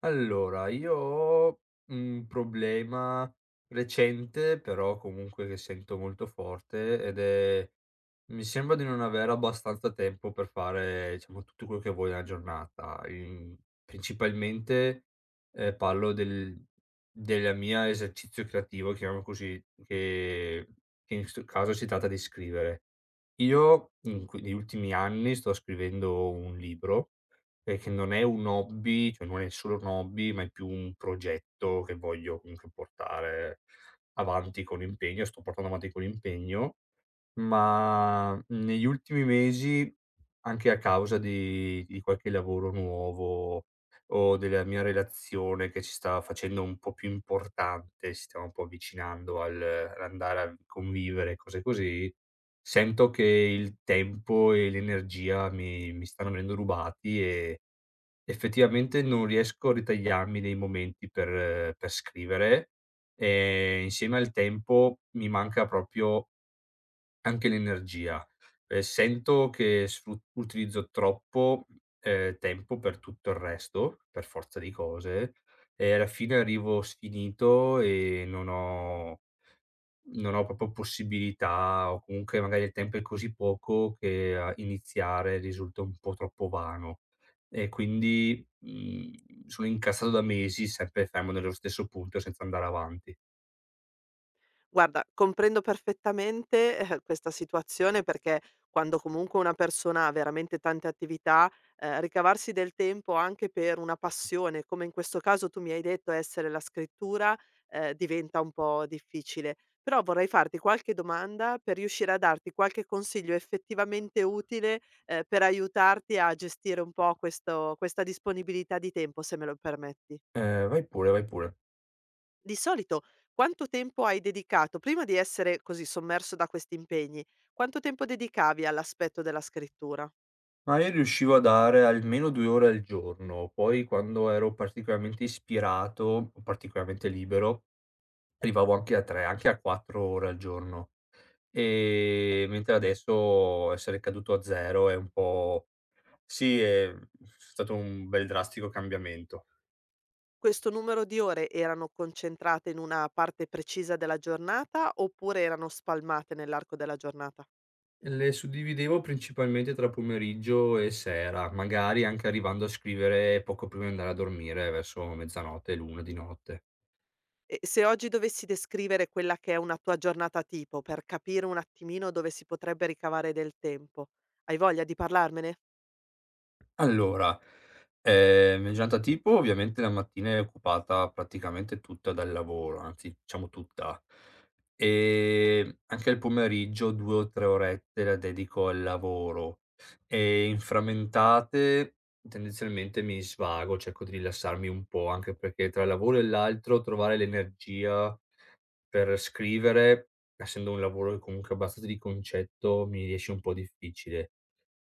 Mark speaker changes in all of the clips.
Speaker 1: Allora, io ho un problema recente, però comunque che sento molto forte ed è mi sembra di non avere abbastanza tempo per fare, diciamo, tutto quello che vuoi nella giornata. In principalmente, parlo della mia esercizio creativo, chiamiamolo così, che in questo caso si tratta di scrivere. Io in que negli ultimi anni sto scrivendo un libro, che non è un hobby, cioè non è solo un hobby, ma è più un progetto che voglio comunque portare avanti con impegno sto portando avanti con impegno ma negli ultimi mesi, anche a causa di qualche lavoro nuovo o della mia relazione che si sta facendo un po' più importante, ci stiamo un po' avvicinando al all'andare a convivere, cose così, sento che il tempo e l'energia mi stanno venendo rubati e effettivamente non riesco a ritagliarmi dei momenti per scrivere, insieme al tempo mi manca proprio anche l'energia. Sento che sfru utilizzo troppo, tempo per tutto il resto, per forza di cose, e alla fine arrivo sfinito e non ho proprio possibilità o comunque magari il tempo è così poco che a iniziare risulta un po' troppo vano. E quindi, sono incassato da mesi sempre fermo nello stesso punto senza andare avanti.
Speaker 2: Guarda, comprendo perfettamente, questa situazione perché quando comunque una persona ha veramente tante attività, ricavarsi del tempo anche per una passione, come in questo caso tu mi hai detto essere la scrittura, diventa un po' difficile. Però vorrei farti qualche domanda per riuscire a darti qualche consiglio effettivamente utile, per aiutarti a gestire un po' questa disponibilità di tempo, se me lo permetti.
Speaker 1: Vai pure, vai pure.
Speaker 2: Di solito quanto tempo hai dedicato prima di essere così sommerso da questi impegni, quanto tempo dedicavi all'aspetto della scrittura?
Speaker 1: Ma io riuscivo a dare almeno 2 ore al giorno, poi quando ero particolarmente ispirato o particolarmente libero, arrivavo anche a 3, anche a 4 ore al giorno. Mentre adesso essere caduto a 0 è un po' sì, è stato un bel drastico cambiamento.
Speaker 2: Questo numero di ore erano concentrate in una parte precisa della giornata oppure erano spalmate nell'arco della giornata?
Speaker 1: Le suddividevo principalmente tra pomeriggio e sera, magari anche arrivando a scrivere poco prima di andare a dormire, verso mezzanotte, l'1 di notte.
Speaker 2: E se oggi dovessi descrivere quella che è una tua giornata tipo per capire un attimino dove si potrebbe ricavare del tempo, hai voglia di parlarmene?
Speaker 1: Allora, giornata tipo ovviamente la mattina è occupata praticamente tutta dal lavoro, anzi diciamo tutta. Anche il pomeriggio 2 o 3 orette la dedico al lavoro e in frammentate tendenzialmente mi svago, cerco di rilassarmi un po', anche perché tra il lavoro e l'altro trovare l'energia per scrivere, essendo un lavoro che comunque abbastanza di concetto, mi riesce un po' difficile.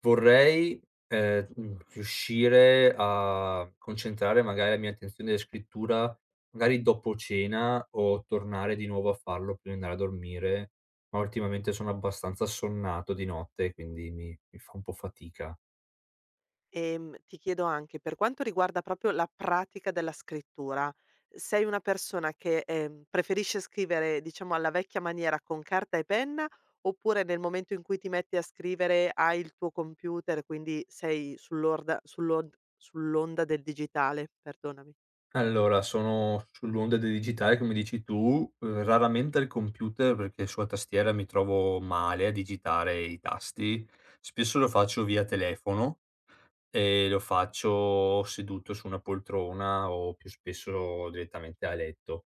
Speaker 1: Vorrei, riuscire a concentrare magari la mia attenzione della scrittura, magari dopo cena o tornare di nuovo a farlo prima di andare a dormire, ma ultimamente sono abbastanza assonnato di notte, quindi mi fa un po' fatica.
Speaker 2: Ti chiedo anche, per quanto riguarda proprio la pratica della scrittura, sei una persona che, preferisce scrivere, diciamo, alla vecchia maniera con carta e penna, oppure nel momento in cui ti metti a scrivere hai il tuo computer, quindi sei sull'onda del digitale? Perdonami.
Speaker 1: Allora, sono sull'onda del digitale come dici tu, raramente al computer perché sulla tastiera mi trovo male a digitare i tasti, spesso lo faccio via telefono. Lo faccio seduto su una poltrona o più spesso direttamente a letto.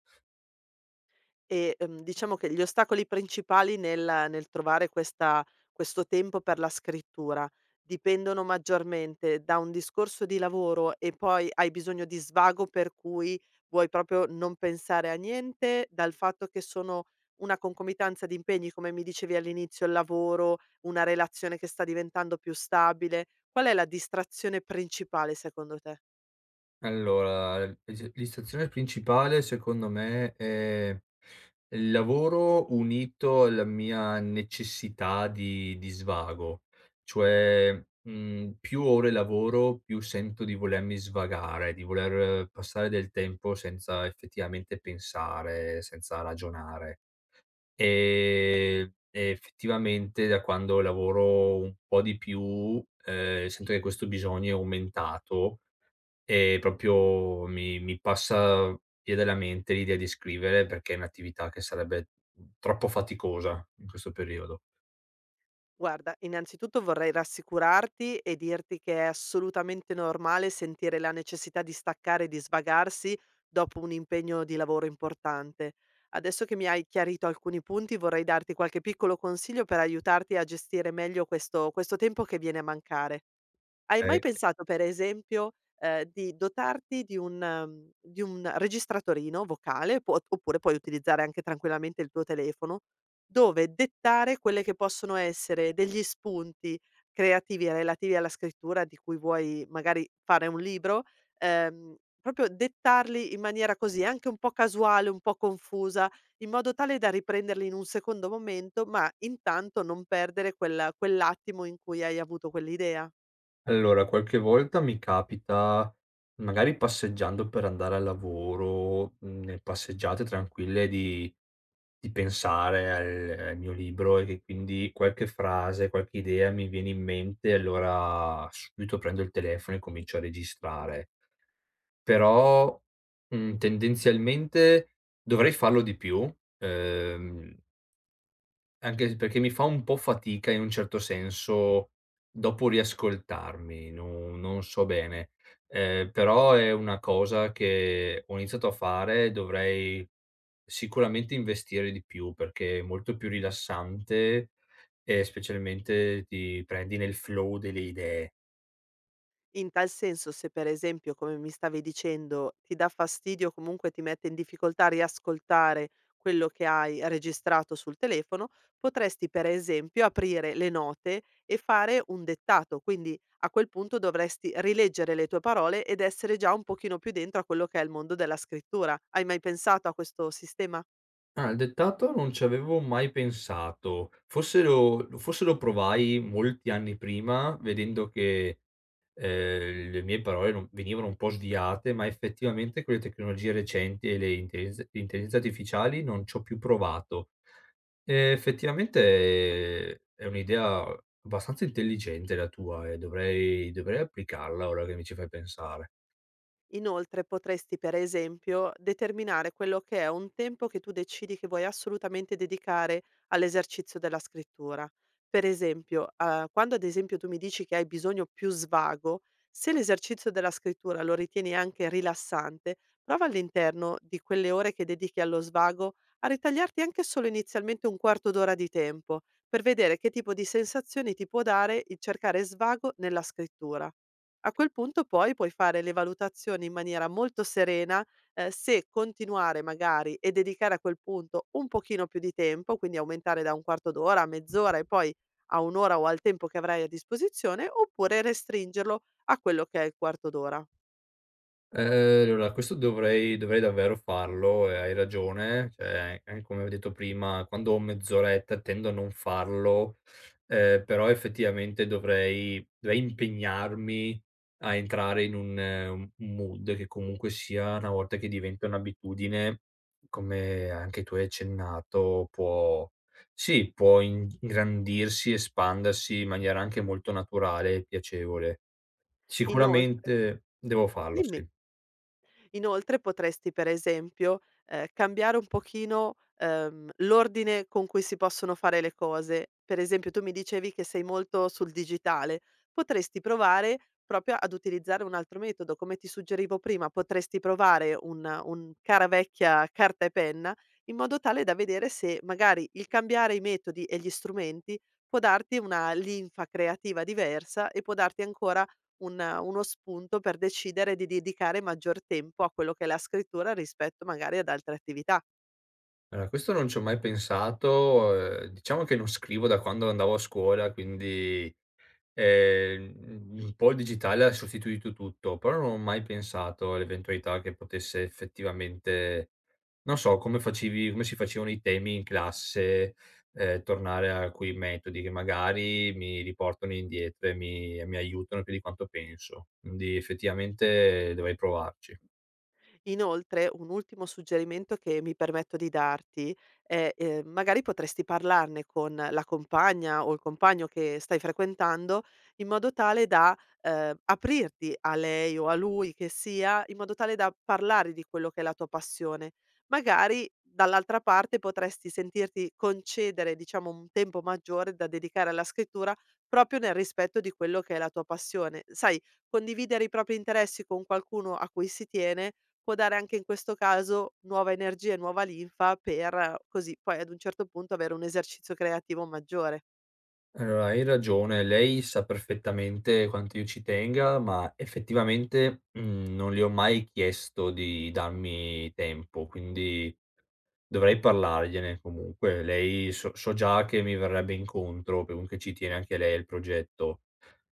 Speaker 2: E, diciamo che gli ostacoli principali nel trovare questa questo tempo per la scrittura dipendono maggiormente da un discorso di lavoro e poi hai bisogno di svago per cui vuoi proprio non pensare a niente, dal fatto che sono una concomitanza di impegni, come mi dicevi all'inizio, il lavoro, una relazione che sta diventando più stabile. Qual è la distrazione principale secondo te?
Speaker 1: Allora, l'is l'istazione principale secondo me è il lavoro unito alla mia necessità di svago, cioè, più ore lavoro, più sento di volermi svagare, di voler passare del tempo senza effettivamente pensare, senza ragionare. Effettivamente da quando lavoro un po' di più, sento che questo bisogno è aumentato e proprio mi passa via dalla mente l'idea di scrivere perché è un'attività che sarebbe troppo faticosa in questo periodo.
Speaker 2: Guarda, innanzitutto vorrei rassicurarti e dirti che è assolutamente normale sentire la necessità di staccare e di svagarsi dopo un impegno di lavoro importante. Adesso che mi hai chiarito alcuni punti, vorrei darti qualche piccolo consiglio per aiutarti a gestire meglio questo, questo tempo che viene a mancare. Hai mai
Speaker 1: Ehm,
Speaker 2: pensato per esempio, di dotarti di un di un registratorino vocale, puo oppure puoi utilizzare anche tranquillamente il tuo telefono, dove dettare quelle che possono essere degli spunti creativi relativi alla scrittura di cui vuoi magari fare un libro, proprio dettarli in maniera così anche un po' casuale, un po' confusa, in modo tale da riprenderli in un secondo momento, ma intanto non perdere quell'attimo in cui hai avuto quell'idea?
Speaker 1: allora qualche volta mi capita, magari passeggiando per andare al lavoro, passeggiate tranquille di pensare al mio libro e che quindi qualche frase, qualche idea mi viene in mente e allora subito prendo il telefono e comincio a registrare. Però, tendenzialmente dovrei farlo di più, ehm anche s perché mi fa un po' fatica in un certo senso dopo riascoltarmi, non so bene. Però è una cosa che ho iniziato a fare, dovrei sicuramente investire di più perché è molto più rilassante e specialmente ti prendi nel flow delle idee.
Speaker 2: In tal senso, se per esempio, come mi stavi dicendo, ti dà fastidio o comunque ti mette in difficoltà a riascoltare quello che hai registrato sul telefono, potresti per esempio aprire le note e fare un dettato, quindi a quel punto dovresti rileggere le tue parole ed essere già un pochino più dentro a quello che è il mondo della scrittura. Hai mai pensato a questo sistema?
Speaker 1: Ah, il dettato non ci avevo mai pensato. Forse lo provai molti anni prima vedendo che le mie parole non venivano un po' sviate, ma effettivamente con le tecnologie recenti e le intelligenze artificiali non ci ho più provato. Effettivamente è un'idea abbastanza intelligente la tua e dovrei applicarla ora che mi ci fai pensare.
Speaker 2: Inoltre potresti, per esempio, determinare quello che è un tempo che tu decidi che vuoi assolutamente dedicare all'esercizio della scrittura. Per esempio, ah, quando ad esempio tu mi dici che hai bisogno più svago, se l'esercizio della scrittura lo ritieni anche rilassante, prova all'interno di quelle ore che dedichi allo svago a ritagliarti anche solo inizialmente un quarto d'ora di tempo per vedere che tipo di sensazioni ti può dare il cercare svago nella scrittura. A quel punto poi puoi fare le valutazioni in maniera molto serena, se continuare magari e dedicare a quel punto un pochino più di tempo, quindi aumentare da un quarto d'ora a mezz'ora e poi a un' ora o al tempo che avrai a disposizione, oppure restringerlo a quello che è il quarto d'ora.
Speaker 1: Allora questo dovrei davvero farlo e hai ragione, cioè, come ho detto prima, quando ho mezz'oretta tendo a non farlo, però effettivamente dovrei impegnarmi a entrare in un mood che comunque sia, una volta che diventa un'abitudine, come anche tu hai accennato, può sì, può in ingrandirsi, espandersi in maniera anche molto naturale e piacevole.
Speaker 2: Inoltre
Speaker 1: Sicuramente devo farlo,
Speaker 2: dimmi.
Speaker 1: sì.
Speaker 2: Inoltre potresti, per esempio, cambiare un pochino, l'ordine con cui si possono fare le cose. Per esempio, tu mi dicevi che sei molto sul digitale, potresti provare proprio ad utilizzare un altro metodo. Come ti suggerivo prima, potresti provare un cara vecchia carta e penna, in modo tale da vedere se magari il cambiare i metodi e gli strumenti può darti una linfa creativa diversa e può darti ancora un uno spunto per decidere di dedicare maggior tempo a quello che è la scrittura rispetto magari ad altre attività.
Speaker 1: Allora, questo non ci ho mai pensato, diciamo che non scrivo da quando andavo a scuola, quindi, un po' il digitale ha sostituito tutto, però non ho mai pensato all'eventualità che potesse effettivamente non so, come facevi come si facevano i temi in classe, tornare a quei metodi che magari mi riportano indietro e mi aiutano più di quanto penso. Quindi effettivamente dovrei provarci.
Speaker 2: Inoltre, un ultimo suggerimento che mi permetto di darti è, magari potresti parlarne con la compagna o il compagno che stai frequentando in modo tale da, aprirti a lei o a lui che sia, in modo tale da parlare di quello che è la tua passione. Magari dall'altra parte potresti sentirti concedere, diciamo, un tempo maggiore da dedicare alla scrittura proprio nel rispetto di quello che è la tua passione. Sai, condividere i propri interessi con qualcuno a cui si tiene può dare anche in questo caso nuova energia e nuova linfa per così poi ad un certo punto avere un esercizio creativo maggiore.
Speaker 1: Allora, hai ragione, lei sa perfettamente quanto io ci tenga, ma effettivamente, non le ho mai chiesto di darmi tempo, quindi dovrei parlargliene comunque. Lei so già che mi verrebbe incontro, che comunque ci tiene anche lei al progetto.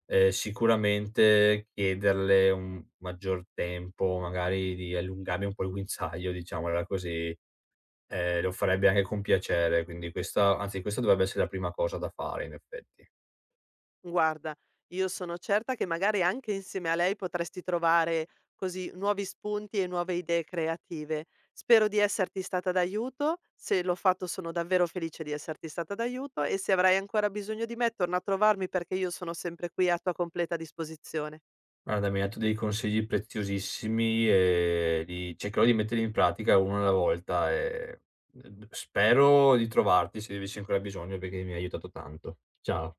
Speaker 1: Sicuramente chiederle un maggior tempo, magari di allungarmi un po' il guinzaglio, diciamola così, lo farebbe anche con piacere, quindi questa dovrebbe essere la prima cosa da fare in effetti.
Speaker 2: Guarda, io sono certa che magari anche insieme a lei potresti trovare così nuovi spunti e nuove idee creative. Spero di esserti stata d'aiuto, se l'ho fatto sono davvero felice di esserti stata d'aiuto e se avrai ancora bisogno di me torna a trovarmi perché io sono sempre qui a tua completa disposizione.
Speaker 1: Guarda, mi hai dato dei consigli preziosissimi e li cercherò di metterli in pratica uno alla volta e spero di trovarti se avessi ancora bisogno perché mi hai aiutato tanto. Ciao.